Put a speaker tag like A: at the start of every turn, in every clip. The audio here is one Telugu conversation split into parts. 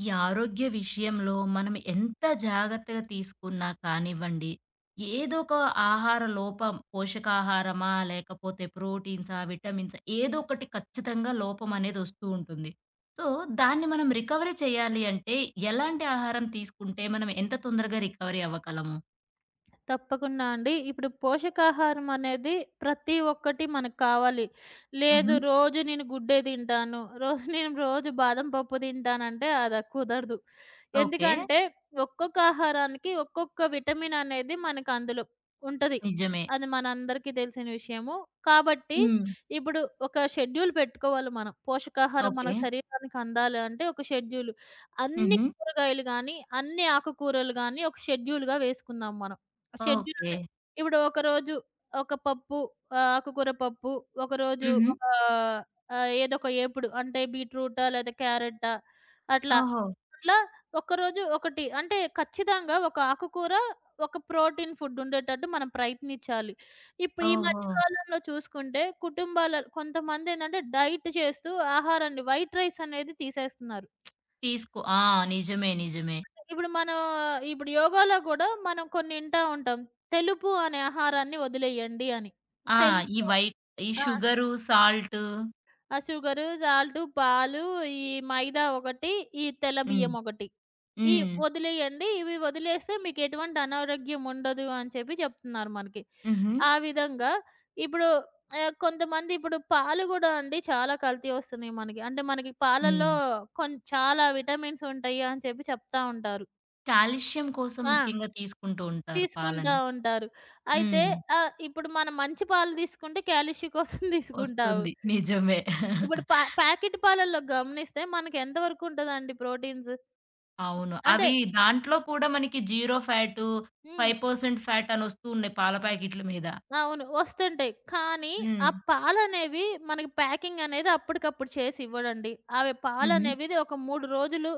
A: ఈ ఆరోగ్య విషయంలో మనం ఎంత జాగ్రత్తగా తీసుకున్నా కానివ్వండి, ఏదో ఒక ఆహార లోపం పోషకాహారమా, లేకపోతే ప్రోటీన్సా, విటమిన్సా ఏదో ఒకటి ఖచ్చితంగా లోపం అనేది వస్తూ ఉంటుంది. సో, దాన్ని మనం రికవరీ చేయాలి అంటే ఎలాంటి ఆహారం తీసుకుంటే మనం ఎంత తొందరగా రికవరీ అవ్వగలము?
B: తప్పకుండా అండి. ఇప్పుడు పోషకాహారం అనేది ప్రతి ఒక్కటి మనకు కావాలి.
A: హుహు.
B: లేదు రోజు నేను గుడ్డే తింటాను. రోజు నేను రోజు బాదం పప్పు తింటానంటే అది కుదరదు.
A: ఓకే.
B: ఎందుకంటే ఒక్కొక్క ఆహారానికి ఒక్కొక్క విటమిన్ అనేది మనకు అందులో ఉంటది.
A: నిజమే.
B: అది మనందరికీ తెలిసిన విషయము. కాబట్టి
A: హ్మ్.
B: ఇప్పుడు ఒక షెడ్యూల్ పెట్టుకోవాలి మనం. పోషకాహారం మన
A: ఓకే.
B: శరీరానికి అందాలి అంటే ఒక షెడ్యూల్. అన్ని
A: హుహు.
B: కూరగాయలు గాని, అన్ని ఆకుకూరలు గాని ఒక షెడ్యూల్‌గా వేసుకుందాం మనం. Schedule
A: okay.
B: అంటే ఇప్పుడు ఒకరోజు ఒక పప్పు ఆకుకూర పప్పు, ఒకరోజు
A: హుహు.
B: ఒక ఏదో ఒక ఏపుడు అంటే బీట్రూటా లేదా క్యారెటా అట్లా.
A: ఓహో!
B: అట్లా ఒక్కరోజు ఒకటి అంటే ఖచ్చితంగా ఒక ఆకుకూర, ఒక ప్రోటీన్ ఫుడ్ ఉండేటట్టు మనం ప్రయత్నించాలి. ఇప్పుడు ఈ మధ్య
A: ఓహో!
B: కాలంలో చూసుకుంటే కుటుంబాల కొంతమందేంటంటే డైట్ చేస్తూ ఆహారాన్ని వైట్ రైస్ అనేది తీసేస్తున్నారు.
A: తీసుకో ఆ! నిజమే. నిజమే.
B: ఇప్పుడు మనం ఇప్పుడు యోగాలో గూడా మనం కొన్ని ఇంటా ఉంటాం. తెలుపు అనే ఆహారాన్ని వదిలేయండి అని.
A: ఆ! ఈ
B: తెలుపు
A: వైట్ ఈ
B: ఆ!
A: Sugar, salt.
B: ఆ షుగరు, సాల్టు, పాలు, ఈ మైదా ఒకటి, ఈ తెల్ల
A: హ్మ్.
B: బియ్యం ఒకటి. ఈ
A: హ్మ్.
B: వదిలేయండి. ఇవి వదిలేస్తే మీకు ఎటువంటి అనారోగ్యం ఉండదు అని చెప్పి చెప్తున్నారు మనకి.
A: హుహు.
B: ఆ విధంగా ఇప్పుడు కొంతమంది ఇప్పుడు పాలు గూడా అండి చాలా కల్తీ వస్తున్నాయి మనకి. అంటే మనకి పాలల్లో
A: హ్మ్.
B: చాలా విటమిన్స్ ఉంటాయి అని చెప్పి చెప్తా ఉంటారు.
A: కాల్షియం కోసం
B: ఆ!
A: ముఖ్యంగా తీసుకుంటూ ఉంటారు
B: తీసుకుంటా
A: పాలని.
B: ఉంటారు. అయితే
A: హ్మ్.
B: ఇప్పుడు మనం మంచి పాలు తీసుకుంటే కాల్షియం కోసం తీసుకుంటావు.
A: వస్తుంది. నిజమే.
B: ఇప్పుడు ప్యాకెట్ పాలల్లో గమనిస్తే మనకెంత వరకు ఉంటదండి ప్రోటీన్స్?
A: అవును.
B: అంటే
A: అవి దాంట్లో కూడా మనకి జీరో ఫ్యాటు,
B: హ్మ్.
A: 5% ఫ్యాట్ అని వస్తూ ఉన్నాయి పాల ప్యాకెట్ల మీద.
B: అవును. వస్తుంటాయి. కానీ, ఆ
A: హ్మ్.
B: పాలనేవి మనకి ప్యాకింగ్ అనేది అప్పటికప్పుడు చేసి ఇవ్వడండి. అవి
A: హుహు.
B: పాలనేవిది ఒక 3 రోజులు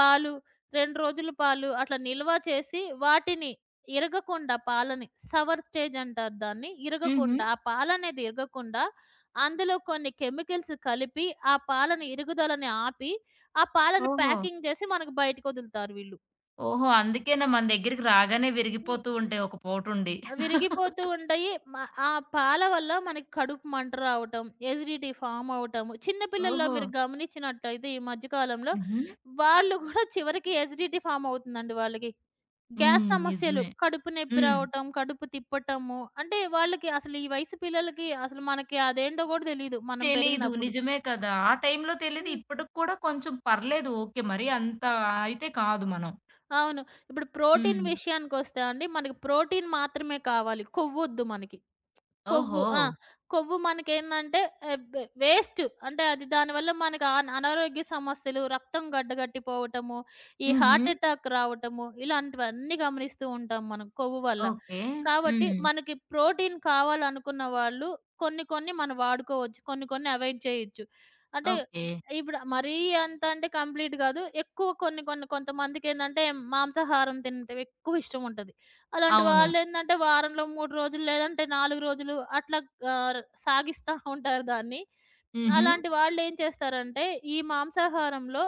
B: పాలు, 2 రోజులు పాలు అట్లా నిల్వ చేసి, వాటిని ఇరగకుండా పాలని సవర్ స్టేజ్ అంటారు దాన్ని.
A: హుహు.
B: ఇరగకుండా ఆ పాలనేది ఇరగకుండా, అందులో కొన్ని కెమికల్స్ కలిపి, ఆ పాలని ఇరుగుదలని ఆపి, ఆ పాలను
A: ఓహో!
B: ప్యాకింగ్ చేసి మనకు బయటకొదులుతారు వీళ్ళు.
A: ఓహో! అందుకేనా మన దగ్గరికి రాగానే విరిగిపోతూ ఉంటాయి ఒక పూటుండి.
B: విరిగిపోతూ ఉంటాయి. ఆ పాల వల్ల మనకి కడుపు మంట రావటం, ఎసిడిటీ ఫార్మ్ అవ్వటము, చిన్న పిల్లల్లో
A: ఓహో!
B: మీరు గమనించినట్లయితే ఈ మధ్య కాలంలో
A: హుహు.
B: వాళ్ళు గూడా చివరికి ఎసిడిటీ ఫార్మ్ అవుతుందండి వాళ్ళకి. గ్యాస్
A: హ్మ్.
B: సమస్యలు,
A: నిజమే.
B: కడుపు నొప్పి
A: హ్మ్.
B: రావటం, కడుపు తిప్పటము. అంటే వాళ్ళకి అసలు ఈ వయసు పిల్లలకి అసలు మనకి అదేంటో గూడా తెలీదు మనం
A: తెలీదు.
B: పెరిగినప్పుడు.
A: నిజమే కదా! ఆ టైంలో తెలీదు.
B: హ్మ్.
A: ఇప్పటికి కూడా కొంచెం పర్లేదు, ఓకే. మరీ అంత అయితే కాదు మనం.
B: అవును. ఇప్పుడు ప్రోటీన్
A: హ్మ్.
B: విషయానికొస్తే అండి మనకి ప్రోటీన్ మాత్రమే కావాలి. కొవ్వొద్దు మనకి. కొవ్వు.
A: ఓహో!
B: ఆ! కొవ్వు మనకేందంటే ఆహ్, బ్ వేస్ట్. అంటే అది దానివల్ల మనకు అనారోగ్య సమస్యలు, రక్తం గడ్డగట్టిపోవటము, ఈ
A: హుహు.
B: హార్ట్ ఎటాక్ రావటము ఇలాంటివన్నీ గమనిస్తూ ఉంటాం మనం కొవ్వు వల్ల.
A: ఓకే.
B: కాబట్టి
A: హ్మ్.
B: మనకి ప్రోటీన్ కావాలనుకున్న వాళ్ళు కొన్ని కొన్ని మనం వాడుకోవచ్చు. కొన్ని కొన్ని అవాయిడ్ చేయొచ్చు. అంటే
A: ఓకే.
B: ఇప్పుడు మరీ అంత అంటే కంప్లీట్ గాదు. ఎక్కువ కొన్ని కొన్ని కొంతమందికేందంటే మాంసాహారం తినటం ఎక్కువ ఇష్టం ఉంటది. అలాంటి
A: అవును.
B: వాళ్ళేందంటే వారంలో 3 రోజులు లేదంటే 4 రోజులు అట్లా సాగిస్తా ఉంటారు దాన్ని.
A: హుహు.
B: అలాంటి వాళ్ళేం చేస్తారంటే ఈ మాంసాహారంలో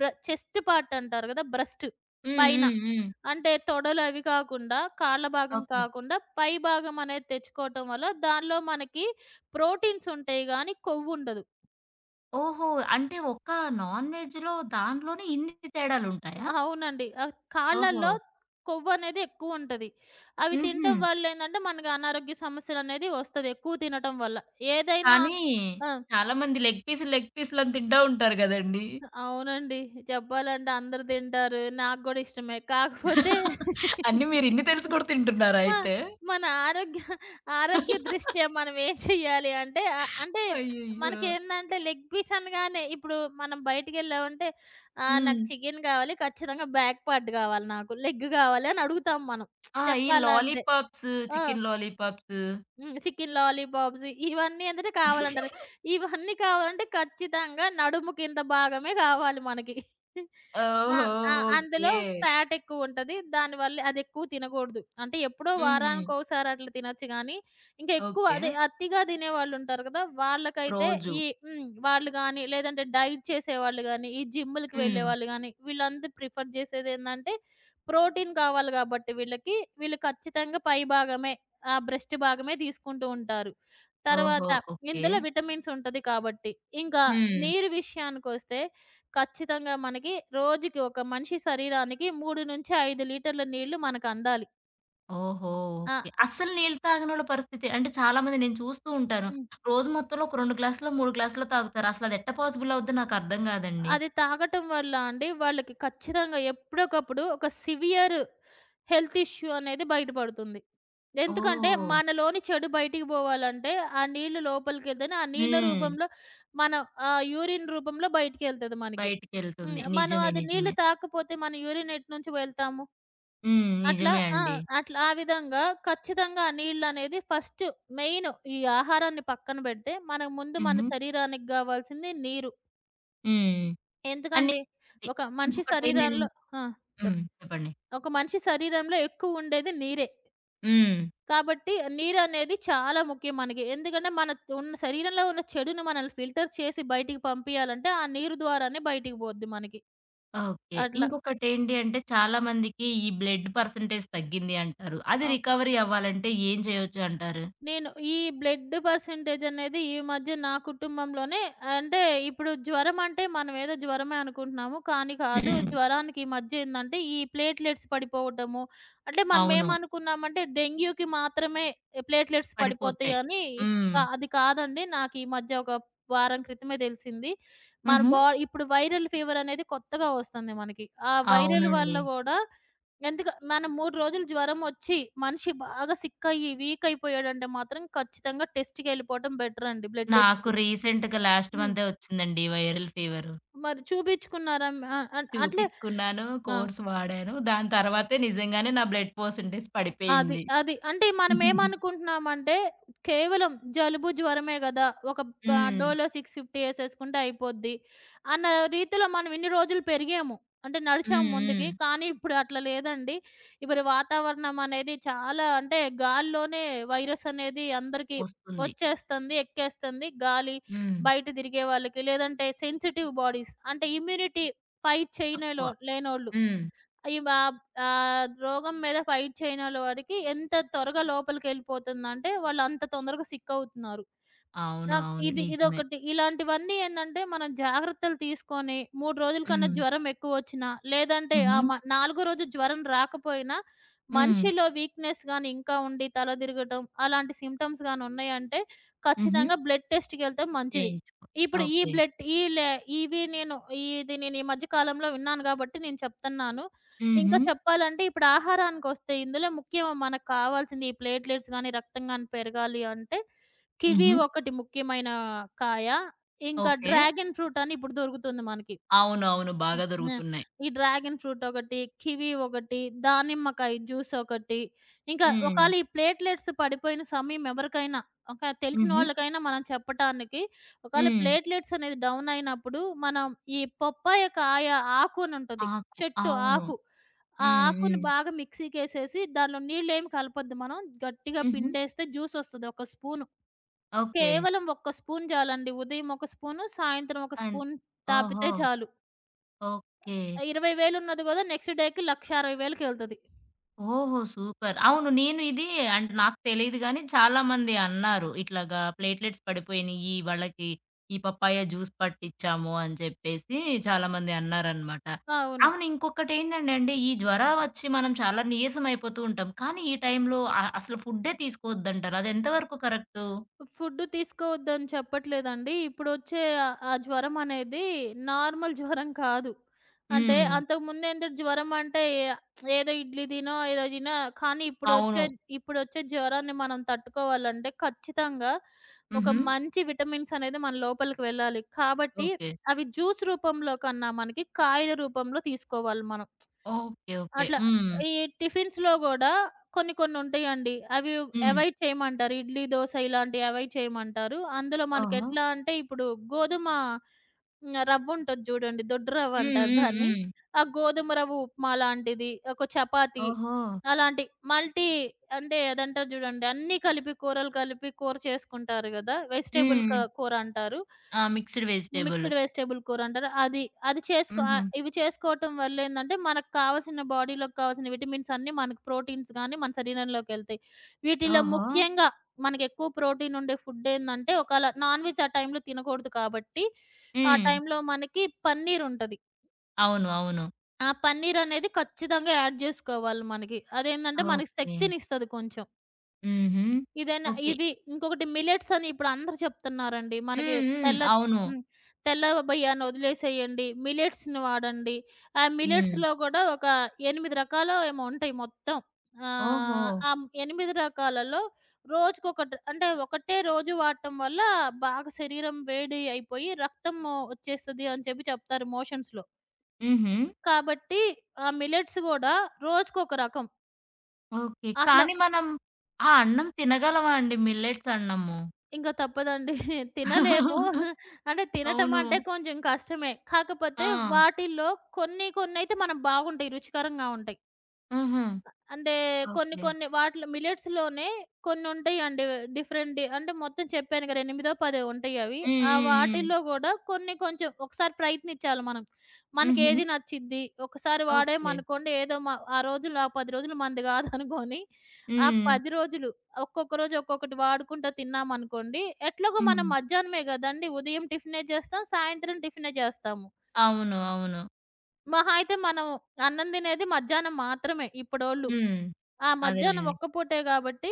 B: చెస్ట్ పార్ట్ అంటారు గదా! బ్రెస్ట్
A: హ్మ్.
B: పైన.
A: హ్మ్. హ్మ్.
B: అంటే తొడలు అవి కాకుండా, కాళ్ళ భాగం
A: ఓకే.
B: కాకుండా పై భాగం అనేది తెచ్చుకోవటం వల్ల దానిలో మనకి ప్రోటీన్స్ ఉంటాయి గానీ కొవ్వుండదు.
A: ఓహో! అంటే ఒక్క నాన్ వెజ్‌లో దాంట్లోనే ఇన్ని తేడాలుంటాయా?
B: అవునండి.
A: ఓహో!
B: కాళ్ళల్లో కొవ్వనేది ఎక్కువుంటది. అవి
A: హుహు.
B: తినటం వల్లేందంటే, మనకి అనారోగ్య సమస్యలనేది వస్తది ఎక్కువ తినటం వల్ల. ఏదైనా
A: కానీ
B: ఆ!
A: చాలా మంది లెగ్ పీసులు, లెగ్ పీసులు అని తింటా ఉంటారు గదండీ!
B: అవునండి. చెప్పాలంటే అందరూ తింటారు. నాకు గూడా ఇష్టమే. కాకపోతే
A: అన్నీ మీరు ఇన్ని తెలిసి కూడా తింటున్నారా
B: ఆ!
A: అయితే?
B: మన ఆరోగ్య ఆరోగ్య దృష్ట్యా మనం ఏం చేయాలి అంటే ఆహ్, అంటే
A: అయ్యయ్యో!
B: మనకేందంటే లెగ్ పీస్ అనగానే ఇప్పుడు మనం బయటికెళ్ళామంటే
A: హ్మ్.
B: నాకు చికెన్ కావాలి. ఖచ్చితంగా బ్యాక్ పార్ట్ గావాలి నాకు. లెగ్ గావాలి అని అడుగుతాం మనం
A: ఆ! ఈ
B: చెప్పాలంటే.
A: లాలీపాప్స్,
B: ఆ!
A: Chicken lollipops.
B: హ్మ్. చికెన్ లాలీపాప్స్ ఇవన్నీ ఏంటంటే కావాలంటారు. ఇవన్నీ కావాలంటే ఖచ్చితంగా నడుము కింద భాగమే కావాలి మనకి. ఆ!
A: ఓహో!
B: ఆ!
A: ఓకే.
B: అందులో ఫ్యాట్ ఎక్కువుంటది. దానివల్ల అది ఎక్కువ తినకూడదు. అంటే ఎప్పుడో
A: హుహు.
B: వారానికోసారి అట్లా తినొచ్చు గానీ, ఇంకా ఎక్కువ
A: ఓకే.
B: అదే అతిగా తినేవాళ్ళుంటారు కదా! వాళ్ళకైతే
A: రోజు.
B: ఈ హ్మ్. వాళ్ళు గానీ, లేదంటే డైట్ చేసేవాళ్ళు గానీ, ఈ జిమ్‌లకి
A: హ్మ్.
B: వెళ్ళేవాళ్ళు గానీ, వీళ్ళందరూ ప్రిఫర్ చేసేదేందంటే, ప్రోటీన్ కావాలి గాబట్టి వీళ్ళకి, వీళ్ళు ఖచ్చితంగా పై భాగమే ఆ బ్రెస్ట్ భాగమే తీసుకుంటూ ఉంటారు.
A: ఓహో!
B: తర్వాత
A: ఓకే.
B: ఇందులో విటమిన్స్ ఉంటది కాబట్టి. ఇంకా
A: హ్మ్.
B: నీరు విషయానికొస్తే ఖచ్చితంగా మనకి రోజుకి ఒక మనిషి శరీరానికి 3-5 లీటర్ల నీళ్లు మనకందాలి.
A: ఓహో!
B: ఆ!
A: ఓకే. అస్సలు నీళ్ళు తాగనోళ్ళ పరిస్థితి అంటే చాలా మంది నేను చూస్తూ ఉంటాను.
B: హ్మ్.
A: రోజు మొత్తంలో ఒక 2 గ్లాసులో, 3 గ్లాసులో తాగుతారు. అసలది ఎట్టా పాసిబుల్ అవుద్దో నాకర్థం గాదండి.
B: అది తాగటం వల్ల అండి వాళ్ళకి ఖచ్చితంగా ఎప్పుడోకప్పుడు ఒక సివియర్ హెల్త్ ఇష్యూ అనేది బయటపడుతుంది. ఎందుకంటే
A: ఓహ్!
B: మనలోని చెడు బయటికి పోవాలంటే ఆ నీళ్లు లోపలికెళ్తేనే ఆ నీళ్ల
A: హ్మ్.
B: రూపంలో మనం యూరిన్ రూపంలో బయటికెళ్తది మనకి. హ్మ్.
A: బయటికెళ్తుంది.
B: మనం
A: నిజమే.
B: అది నీళ్లు
A: నిజమే.
B: తాగకపోతే మన యూరిన్ ఎటు నుంచి వెళ్తాము?
A: హ్మ్.
B: అట్లా
A: నిజమే
B: ఆ!
A: అండి.
B: అట్లా ఆ విధంగా ఖచ్చితంగా ఆ నీళ్లనేది ఫస్ట్ మెయిన్ ఈ ఆహారాన్ని పక్కన పెడితే, మనం ముందు మన
A: హుహు.
B: శరీరానికి గావాల్సింది నీరు.
A: హ్మ్. అండ్
B: ఎందుకండి?
A: ఇంకొకటి,
B: ఒక మనిషి
A: ఇంకొకటేంటం
B: శరీరంలో ఆ!
A: హ్మ్.
B: చెప్పు.
A: చెప్పండి.
B: ఒక మనిషి శరీరంలో ఎక్కువుండేది నీరే.
A: హ్మ్.
B: కాబట్టి నీరనేది చాలా ముఖ్యం మనకి. ఎందుకంటే మన ఉన్న శరీరంలో ఉన్న చెడుని మనల్ని ఫిల్టర్ చేసి బయటికి పంపియాలంటే ఆ నీరు ద్వారానే బయటికి పోద్ది మనకి.
A: ఓకే.
B: అట్లా.
A: ఇంకొకటేంటి అంటే చాలా మందికి ఈ బ్లడ్ పర్సెంటేజ్ తగ్గింది అంటారు. అది
B: ఆ!
A: రికవరీ అవ్వాలంటే ఏం చేయొచ్చు అంటారు?
B: నేను ఈ బ్లడ్ పర్సెంటేజ్ అనేది ఈ మధ్య నా కుటుంబంలోనే అంటే ఇప్పుడు జ్వరం అంటే మనం ఏదో జ్వరమే అనుకుంటున్నాము. కానీ కాదు.
A: హ్మ్.
B: జ్వరానికి ఈ మధ్య ఏందంటే ఈ ప్లేట్లెట్స్ పడిపోవటము. అంటే మనం
A: అవును.
B: ఏమనుకున్నామంటే డెంగ్యూకి మాత్రమే ప్లేట్లెట్స్ పడిపోతాయి
A: పడిపోతాయి.
B: అని
A: హ్మ్.
B: అది కాదండి. నాకు ఈ మధ్య ఒక వారం క్రితమే తెలిసింది. మన
A: హుహు.
B: ఇప్పుడు వైరల్ ఫీవర్ అనేది కొత్తగా వస్తుంది మనకి. ఆ వైరల్ వల్ల
A: అవునండి.
B: గూడా ఎందుకు మనం 3 రోజులు జ్వరం ఒచ్చి, మనిషి బాగా సిక్ అయ్యి, వీక్ అయిపోయాడంటే మాత్రం ఖచ్చితంగా టెస్ట్‌కెళ్ళిపోవటం బెటర్ అండి. బ్లడ్
A: నాకు
B: టెస్ట్‌కి.
A: రీసెంట్‌గా లాస్ట్
B: హ్మ్.
A: మంతే వచ్చిందండి వైరల్ ఫీవరు.
B: మరి చూపించుకున్నారా? ఆహ్, అన్ అట్లే
A: చూపిచ్చుకున్నాను,
B: ఆ!
A: కోర్స్ వాడాను. దాని తర్వాతే నిజంగానే నా బ్లడ్ పర్సెంటేజ్
B: అది.
A: పడిపోయింది.
B: అది. అంటే
A: హ్మ్.
B: మనమేమనుకుంటున్నామంటే, కేవలం జలుబు, జ్వరమే గదా! ఒక ప
A: హ్మ్.
B: డోలో 650 యేసేసుకుంటే అయిపోద్ది. అన్న రీతిలో మనం ఇన్ని రోజులు పెరిగాము. అంటే నడిచాము ముందుకి.
A: హ్మ్.
B: కానీ ఇప్పుడు అట్లా లేదండి. ఇప్పుడు వాతావరణం అనేది చాలా అంటే గాల్లోనే వైరస్ అనేది అందరికీ
A: వస్తుంది.
B: వచ్చేస్తుంది, ఎక్కేస్తుంది. గాలి,
A: హ్మ్.
B: బయట తిరిగే వాళ్ళకి లేదంటే సెన్సిటివ్ బాడీస్ అంటే ఇమ్యూనిటీ ఫైట్
A: తక్కువ.
B: చేయనేలో లేనోళ్ళు
A: హ్మ్.
B: ఈ వాబ్ రోగం మీద ఫైట్ చేయనోళ్ళ వారికి ఎంత త్వరగా లోపలికెళ్ళిపోతుందంటే, వాళ్ళంత తొందరగా సిక్కవుతున్నారు.
A: అవును.
B: ఆ!
A: అవును.
B: ఇది
A: నిజమే.
B: ఇదొకటి. ఇలాంటివన్నీ ఏందంటే, మనం జాగ్రత్తలు తీసుకొని 3 రోజుల కన్నా
A: హ్మ్.
B: జ్వరం ఎక్కువొచ్చినా, లేదంటే
A: హుహు.
B: ఆహ్, మ నాలుగో రోజు జ్వరం రాకపోయినా,
A: హ్మ్.
B: మనిషిలో వీక్‌నెస్ గాని ఇంకా ఉండి తల తిరగటం, అలాంటి సింప్టమ్స్ గాని ఉన్నాయంటే,
A: హుహు.
B: ఖచ్చితంగా బ్లడ్ టెస్ట్‌కెళ్తే మంచిది.
A: చేయించుకో
B: ఇప్పుడు ఈ
A: ఓకే.
B: బ్లడ్ ఈ లే ఇవి నేను ఇది నేను ఈ మధ్య కాలంలో విన్నాను గాబట్టి నేను చెప్తున్నాను.
A: హుహు.
B: ఇంకా చెప్పాలంటే ఇప్పుడు ఆహారానికొస్తే ఇందులో ముఖ్యం మనకు కావాల్సింది ఈ ప్లేట్‌లెట్స్ గాని, రక్తం గాని పెరగాలి అంటే కివి
A: హుహు.
B: ఒకటి ముఖ్యమైన కాయ. ఇంకా
A: ఓకే.
B: డ్రాగన్ ఫ్రూట్ అని ఇప్పుడు దొరుకుతుంది మనకి.
A: అవునవును.
B: హ్మ్.
A: బాగా
B: న
A: దొరుకుతున్నాయి.
B: ఈ డ్రాగన్ ఫ్రూట్ ఒకటి, కివి ఒకటి, దానిమ్మకాయ జ్యూస్ ఒకటి, ఇంకా
A: హ్మ్.
B: ఒకాళ ఈ ప్లేట్‌లెట్స్ పడిపోయిన సమయం ఎవరికైనా ఒక తెలిసిన
A: హుహు.
B: వాళ్ళకైనా మనం చెప్పటానికి ఒకాళ
A: హ్మ్.
B: ప్లేట్‌లెట్స్ అనేది డౌన్ అయినప్పుడు మనం ఈ పప్పాయ కాయ ఆకు అనుంటది.
A: ఆకు.
B: చెట్టు
A: అవును.
B: ఆకు. ఆ
A: హ్మ్.
B: ఆకుని
A: హ్మ్.
B: బాగా మిక్సీకేసేసి దానిలో నీళ్ళేమి కలపొద్దు మనం. గట్టిగా
A: హుహు.
B: పిండేస్తే జ్యూసొస్తది ఒక స్పూను.
A: ఓకే.
B: కేవలం ఒక్క స్పూన్ చాలండి. ఉదయం ఒక స్పూను, సాయంత్రం ఒక
A: అండ్
B: స్పూన్
A: ఓహో!
B: తాపితే చాలు.
A: ఓకే.
B: 20,000 ఉన్నది గదా! నెక్స్ట్ డేకి 1,60,000కి ఎళ్తది.
A: ఓహో! సూపర్. అవును. నేను ఇది అంటే నాకు తెలీదు గానీ చాలామంది అన్నారు. ఇట్లాగా ప్లేట్‌లెట్స్ పడిపోయినియి వాళ్ళకి ఈ పపాయ జ్యూస్ పట్టిచ్చాము అని చెప్పేసి చాలామంది అన్నారనమాట.
B: అవును.
A: అవును. ఇంకొకటేంటంటే అండి ఈ జ్వరం వచ్చి మనం చాలా నీరసం అయిపోతూ ఉంటాం. కానీ ఈ టైంలో అసలు ఫుడ్డే తీసుకోవద్దంటారు. అది ఎంతవరకు కరెక్టు?
B: ఫుడ్డు తీసుకోవద్దని చెప్పట్లేదండి. ఇప్పుడొచ్చే ఆహ్, ఆ ఆ జ్వరం అనేది నార్మల్ జ్వరం కాదు. అంటే
A: హ్మ్.
B: అంతకుముందేంటో జ్వరం అంటే ఏదో ఇడ్లీ తినో, ఏదో తినో కానీ
A: అవును.
B: ఇప్పుడొచ్చే ఇప్పుడొచ్చే జ్వరాన్ని మనం తట్టుకోవాలంటే ఖచ్చితంగా ఒక
A: హుహు.
B: మంచి విటమిన్స్ అనేది మన లోపలికి వెళ్ళాలి. కాబట్టి
A: ఓకే.
B: అవి జ్యూస్ రూపంలో కన్నా మనకి కాయల రూపంలో తీసుకోవాలి మనం.
A: ఓకే. ఓకే.
B: అట్లా.
A: హ్మ్.
B: ఈ టిఫిన్స్‌లో గూడా కొన్ని కొన్ని ఉంటాయండి. అవి
A: హ్మ్.
B: అవాయిడ్ చేయమంటారు. ఇడ్లీ, దోస ఇలాంటివి అవాయిడ్ చేయమంటారు. అందులో
A: ఓహో!
B: మనకెట్లా అంటే ఇప్పుడు గోధుమ హ్మ్. రవ్వుంటది జూడండి. దొడ్డు
A: హ్మ్.
B: రవ్వంటారు
A: హ్మ్.
B: దాన్ని.
A: హ్మ్.
B: ఆ గోధుమ రవ్వ ఉప్మా లాంటిది, ఒక చపాతీ
A: ఓహో!
B: అలాంటి మల్టీ అంటే అదంటారు జూడండి. అన్నీ కలిపి కూరలు కలిపి కూర చేసుకుంటారు గదా! వెజిటబుల్
A: హ్మ్.
B: కూర అంటారు.
A: ఆ! Mixed vegetable.
B: మిక్స్‌డ్ వెజిటబుల్ కూరంటారు. అది, అది చేసుకో
A: హుహు.
B: ఇవి చేసుకోవటం వల్లేందంటే, మనకు కావాల్సిన బాడీలోకి కావాల్సిన విటమిన్స్ అన్నీ మనకు ప్రోటీన్స్ గాని మన శరీరంలోకెళ్తాయి. వీటిలో
A: ఓహో!
B: ముఖ్యంగా మనకెక్కువ ప్రోటీన్ ఉండే ఫుడ్డేందంటే, ఒకాళ నాన్ వెజ్ ఆ టైంలో తినకూడదు కాబట్టి, ఆ
A: హ్మ్.
B: టైంలో మనకి పన్నీరుంటది.
A: అవును. అవును.
B: ఆ పన్నీరనేది ఖచ్చితంగా యాడ్ జేసుకోవాలి మనకి. అదేందంటే, మనకి
A: ఓకే.
B: శక్తినిస్తది కొంచెం.
A: హుహు.
B: ఇదేనా
A: ఓకే.
B: ఇది ఇంకొకటి మిల్లెట్స్ అని ఇప్పుడు అందరూ చెప్తున్నారండి. మనకి
A: హ్మ్. హ్మ్.
B: తెల్ల
A: అవును.
B: హ్మ్. తెల్ల బియ్యాన్ని వదిలేసేయండి. మిల్లెట్స్‌ని వాడండి. ఆ
A: హ్మ్.
B: మిల్లెట్స్‌లో గూడా ఒక 8 రకాలో ఏమో ఉంటాయి మొత్తం.
A: ఓహో!
B: ఆ 8 రకాలలో రోజుకొకటి అంటే ఒకటే రోజు వాడటం వల్ల బాగా శరీరం వేడి అయిపోయి రక్తము వచ్చేస్తది అని చెప్పి చెప్తారు మోషన్స్‌లో.
A: హుహు.
B: కాబట్టి ఆ మిల్లెట్స్ గూడా రోజుకొక రకం.
A: ఓకే.
B: అట్లా
A: కానీ మనం ఆ అన్నం తినగలమా అండి మిల్లెట్స్ అన్నము?
B: ఇంక తప్పదండి. తినలేము. అంటే తినటం
A: అవును.
B: అంటే కొంచెం కష్టమే.
A: ఆ!
B: కాకపోతే వాటిల్లో కొన్ని కొన్నైతే మనం బాగుంటాయి. రుచికరంగా ఉంటాయి.
A: హుహు.
B: అంటే కొన్ని
A: ఓకే.
B: కొన్ని వాటిలో మిల్లెట్స్‌లోనే కొన్నుంటాయండి డిఫరెంట్ డి అంటే మొత్తం చెప్పాను కదా! ఎనిమిదో, పదో ఉంటాయి అవి.
A: హ్మ్.
B: ఆ
A: హ్మ్. హ్మ్.
B: వాటిల్లో గూడా కొన్ని కొంచెం ఒకసారి ప్రయత్నించాలి మనం.
A: హుహు.
B: మనకేది నచ్చిద్ది? ఒకసారి
A: ఓకే.
B: వాడామనుకోండి ఏదో మ ఆ రోజుల్లో, ఆ 10 రోజులు మనది గాదనుకోని, ఆ
A: హ్మ్.
B: 10 రోజులు ఒక్కొక్క రోజు ఒక్కొక్కటి వాడుకుంటా తిన్నామనుకోండి, ఎట్లాగో మనం
A: హ్మ్.
B: మధ్యాహ్నమే గదండీ! ఉదయం టిఫినే చేస్తాం, సాయంత్రం టిఫినే చేస్తాము.
A: అవును. అవును.
B: మహా అయితే మనం అన్నం తినేది మధ్యాహ్నం మాత్రమే ఇప్పుడోళ్ళు.
A: హ్మ్.
B: ఆ! మధ్యాహ్నం
A: అదేలెండి.
B: ఒక్క పూటే గాబట్టి,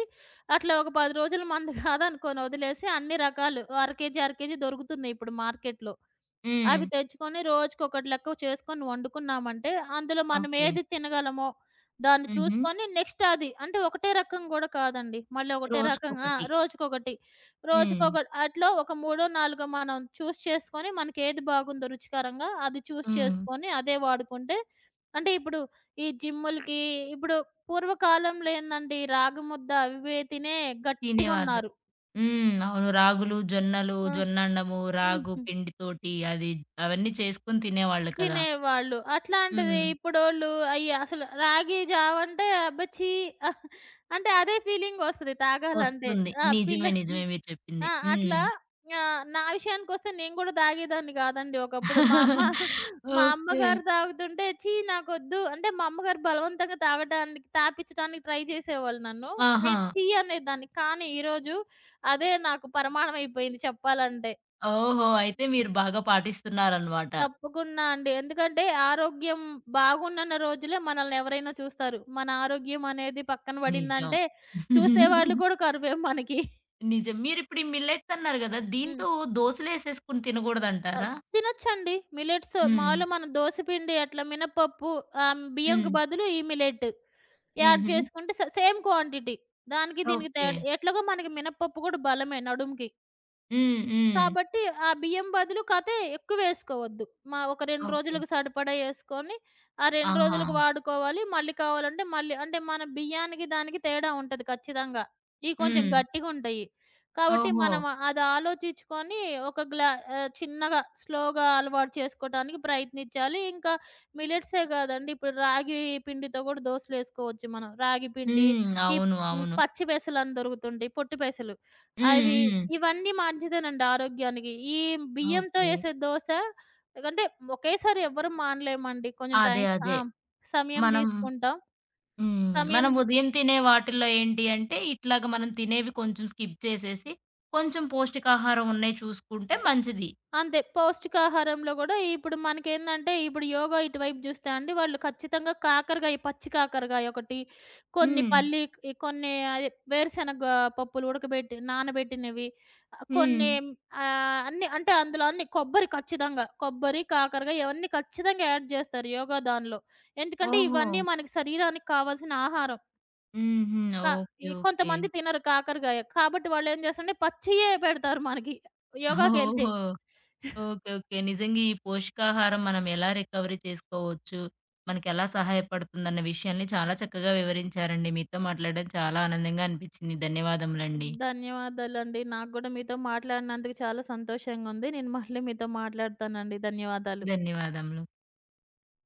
B: అట్లా ఒక 10 రోజుల మందు కాదనుకోని వదిలేసి అన్ని రకాలు అర కేజీ, అర కేజీ దొరుకుతున్నాయి ఇప్పుడు మార్కెట్‌లో.
A: హ్మ్.
B: అవి తెచ్చుకొని రోజుకొకటి లెక్క చేసుకొని వండుకున్నామంటే, అందులో మనం
A: ఓకే.
B: ఏది తినగలమో దాన్ని
A: హుహు.
B: చూసుకొని నెక్స్ట్ అది. అంటే ఒకటే రకం గూడా కాదండి. మళ్ళీ ఒకటే రకం ఆ!
A: రోజుకొకటి.
B: రోజుకొకటి.
A: హ్మ్.
B: రోజుకొకటి అట్లా ఒక మూడో, నాలుగో మనం చేసుకొని మనకేది బాగుందో రుచికరంగా అది
A: హ్మ్.
B: చేసుకొని అదే వాడుకుంటే అంటే ఇప్పుడు ఈ జిమ్ములకి ఇప్పుడు పూర్వకాలంలో ఏందండి రాగి ముద్ద అవి ఇవే తినే
A: తినేవాళ్ళు.
B: గట్టిగున్నారు.
A: హ్మ్. అవును. రాగులు, జొన్నలు,
B: ఆ!
A: జొన్నన్నము, రాగు
B: హ్మ్.
A: పిండితోటి అది అవన్నీ చేసుకొని తినేవాళ్ళు కదా!
B: తినేవాళ్ళు. అట్లాంటిది
A: హ్మ్.
B: ఇప్పుడోళ్ళు అయ్యి అసలు రాగి జావంటే అబ్బ! ఛీ! అంటే అదే ఫీలింగొస్తది తాగాలంటే.
A: వస్తుంది.
B: ఆ! పిల్ల
A: నిజమే. నిజమే మీరు చెప్పింది.
B: ఆ!
A: హ్మ్.
B: అట్లా నా విషయానికొస్తే నేను కూడా తాగేదాన్ని కాదండి ఒకప్పుడు. మా అమ్మ మా
A: ఓకే.
B: అమ్మగారు తాగుతుంటే ఛీ! నాకొద్దు అంటే మా అమ్మగారు బలవంతంగా తాగటానికి తాపిచ్చటానికి ట్రై చేసేవాళ్ళు నన్ను.
A: ఆహా!
B: నేను ఛీ! అనేదాన్ని. కానీ ఈరోజు అదే నాకు పరమాణం అయిపోయింది చెప్పాలంటే.
A: ఓహో! అయితే మీరు బాగా పాటిస్తున్నారనమాట.
B: తప్పకుండా అండి. ఎందుకంటే ఆరోగ్యం బాగుండన్న రోజులే మనల్ని ఎవరైనా చూస్తారు. మన ఆరోగ్యం అనేది పక్కన
A: నిజం.
B: పడిందంటే చూసేవాళ్ళు కూడా కరువే మనకి.
A: నిజం. మీరిప్పుడు ఈ మిల్లెట్స్ అన్నారు గదా!
B: హ్మ్.
A: దీంతో దోసలేసేసుకొని
B: ఆహ్,
A: తినగూడదంటారా?
B: తినొచ్చండి మిల్లెట్స్
A: హ్మ్.
B: మాములుగా మనం దోస పిండి అట్లా మినపప్పు బియ్యంకి
A: హ్మ్.
B: బదులు ఈ మిల్లెట్ యాడ్
A: హుహు.
B: చేసుకుంటే సేమ్ క్వాంటిటీ. దానికి దీనికి
A: ఓకే.
B: తేడా ఎట్లాగో మనకి మినపప్పు కూడా బలమే నడుముకి.
A: హ్మ్. హ్మ్.
B: కాబట్టి ఆ బియ్యం బదులు కాతే ఎక్కువేసుకోవద్దు. మా ఒక 2
A: ఓకే.
B: రోజులకు సరిపడా యేసుకొని, ఆ 2
A: ఆహా!
B: రోజులకు వాడుకోవాలి. మళ్ళీ కావాలంటే మళ్ళీ అంటే మన బియ్యానికి దానికి తేడా ఉంటది ఖచ్చితంగా. ఇయి కొంచెం
A: హ్మ్.
B: గట్టిగుంటయి. కాబట్టి
A: ఓహో!
B: మనం అది ఆలోచిచ్చుకొని ఒక గ్లా చిన్నగా స్లోగా అలవాటు చేసుకోటానికి ప్రయత్నించాలి. ఇంకా మిల్లెట్సే గాదండి. ఇప్పుడు రాగి పిండితో గూడా దోసలేసుకోవచ్చు మనం. రాగి పిండి,
A: హ్మ్.
B: ఈ
A: అవును.
B: హ్మ్.
A: అవును.
B: పచ్చి పెసలని దొరుకుతుంటయి. పొట్టి పెసలు.
A: హ్మ్.
B: అవి
A: హ్మ్.
B: ఇవన్నీ మంచిదేనండి ఆరోగ్యానికి. ఈ బియ్యంతో
A: ఓకే.
B: ఏసే దోస అంటే ఒకేసారి ఎవ్వరం మానలేమండి. కొంచెం
A: అదే.
B: టైం ఆ!
A: అదే.
B: సమయం
A: మనం
B: తీసుకుంటాం.
A: హ్మ్.
B: సమయం
A: మనం ఉదయం తినే వాటిల్లో ఏంటి అంటే, ఇట్లాగ మనం తినేవి కొంచెం స్కిప్ చేసేసి, కొంచెం పౌష్టికాహారం ఉన్నాయి చూసుకుంటే మంచిది.
B: అంతే. పౌష్టికాహారంలో గూడా ఇప్పుడు మనకేందంటే, ఇప్పుడు యోగా ఇటువైపు జూస్తే అండి, వాళ్ళు ఖచ్చితంగా కాకరకాయ, పచ్చి కాకరకాయ ఒకటి, కొన్ని
A: హ్మ్.
B: పల్లి ఈ కొన్ని అదే వేరుశనగ పప్పులు ఉడకబెట్టి నానబెట్టినవి, ఆహ్,
A: హ్మ్.
B: కొన్ని అన్నీ అంటే అందులో అన్ని కొబ్బరి ఖచ్చితంగా. కొబ్బరి, కాకరకాయ ఇవన్నీ ఖచ్చితంగా యాడ్ జేస్తారు యోగా దానిలో. ఎందుకంటే,
A: ఓహో!
B: ఇవన్నీ మనకి శరీరానికి కావాల్సిన ఆహారం.
A: హుహు.
B: క
A: ఓకే.
B: ఈ
A: ఓకే.
B: కొంతమంది తినరు కాకరకాయ. కాబట్టి వాళ్ళేం జేస్తారంటే పచ్చియే పెడతారు మనకి యోగాకెళ్తే.
A: ఓహో! ఓకే. ఓకే. నిజంగా ఈ పోషకాహారం మనం ఎలా రికవరీ చేసుకోవచ్చు? మనకెలా సహాయపడుతుందన్న విషయాన్ని చాలా చక్కగా వివరించారండి. మీతో మాట్లాడడం చాలా ఆనందంగా అనిపించింది. ధన్యవాదములండి.
B: ధన్యవాదాలండి. నాకు గూడా మీతో మాట్లాడినందుకు చాలా సంతోషంగా ఉంది. నేను మళ్ళీ మీతో మాట్లాడతానండి. ధన్యవాదాలు.
A: ధన్యవాదములు.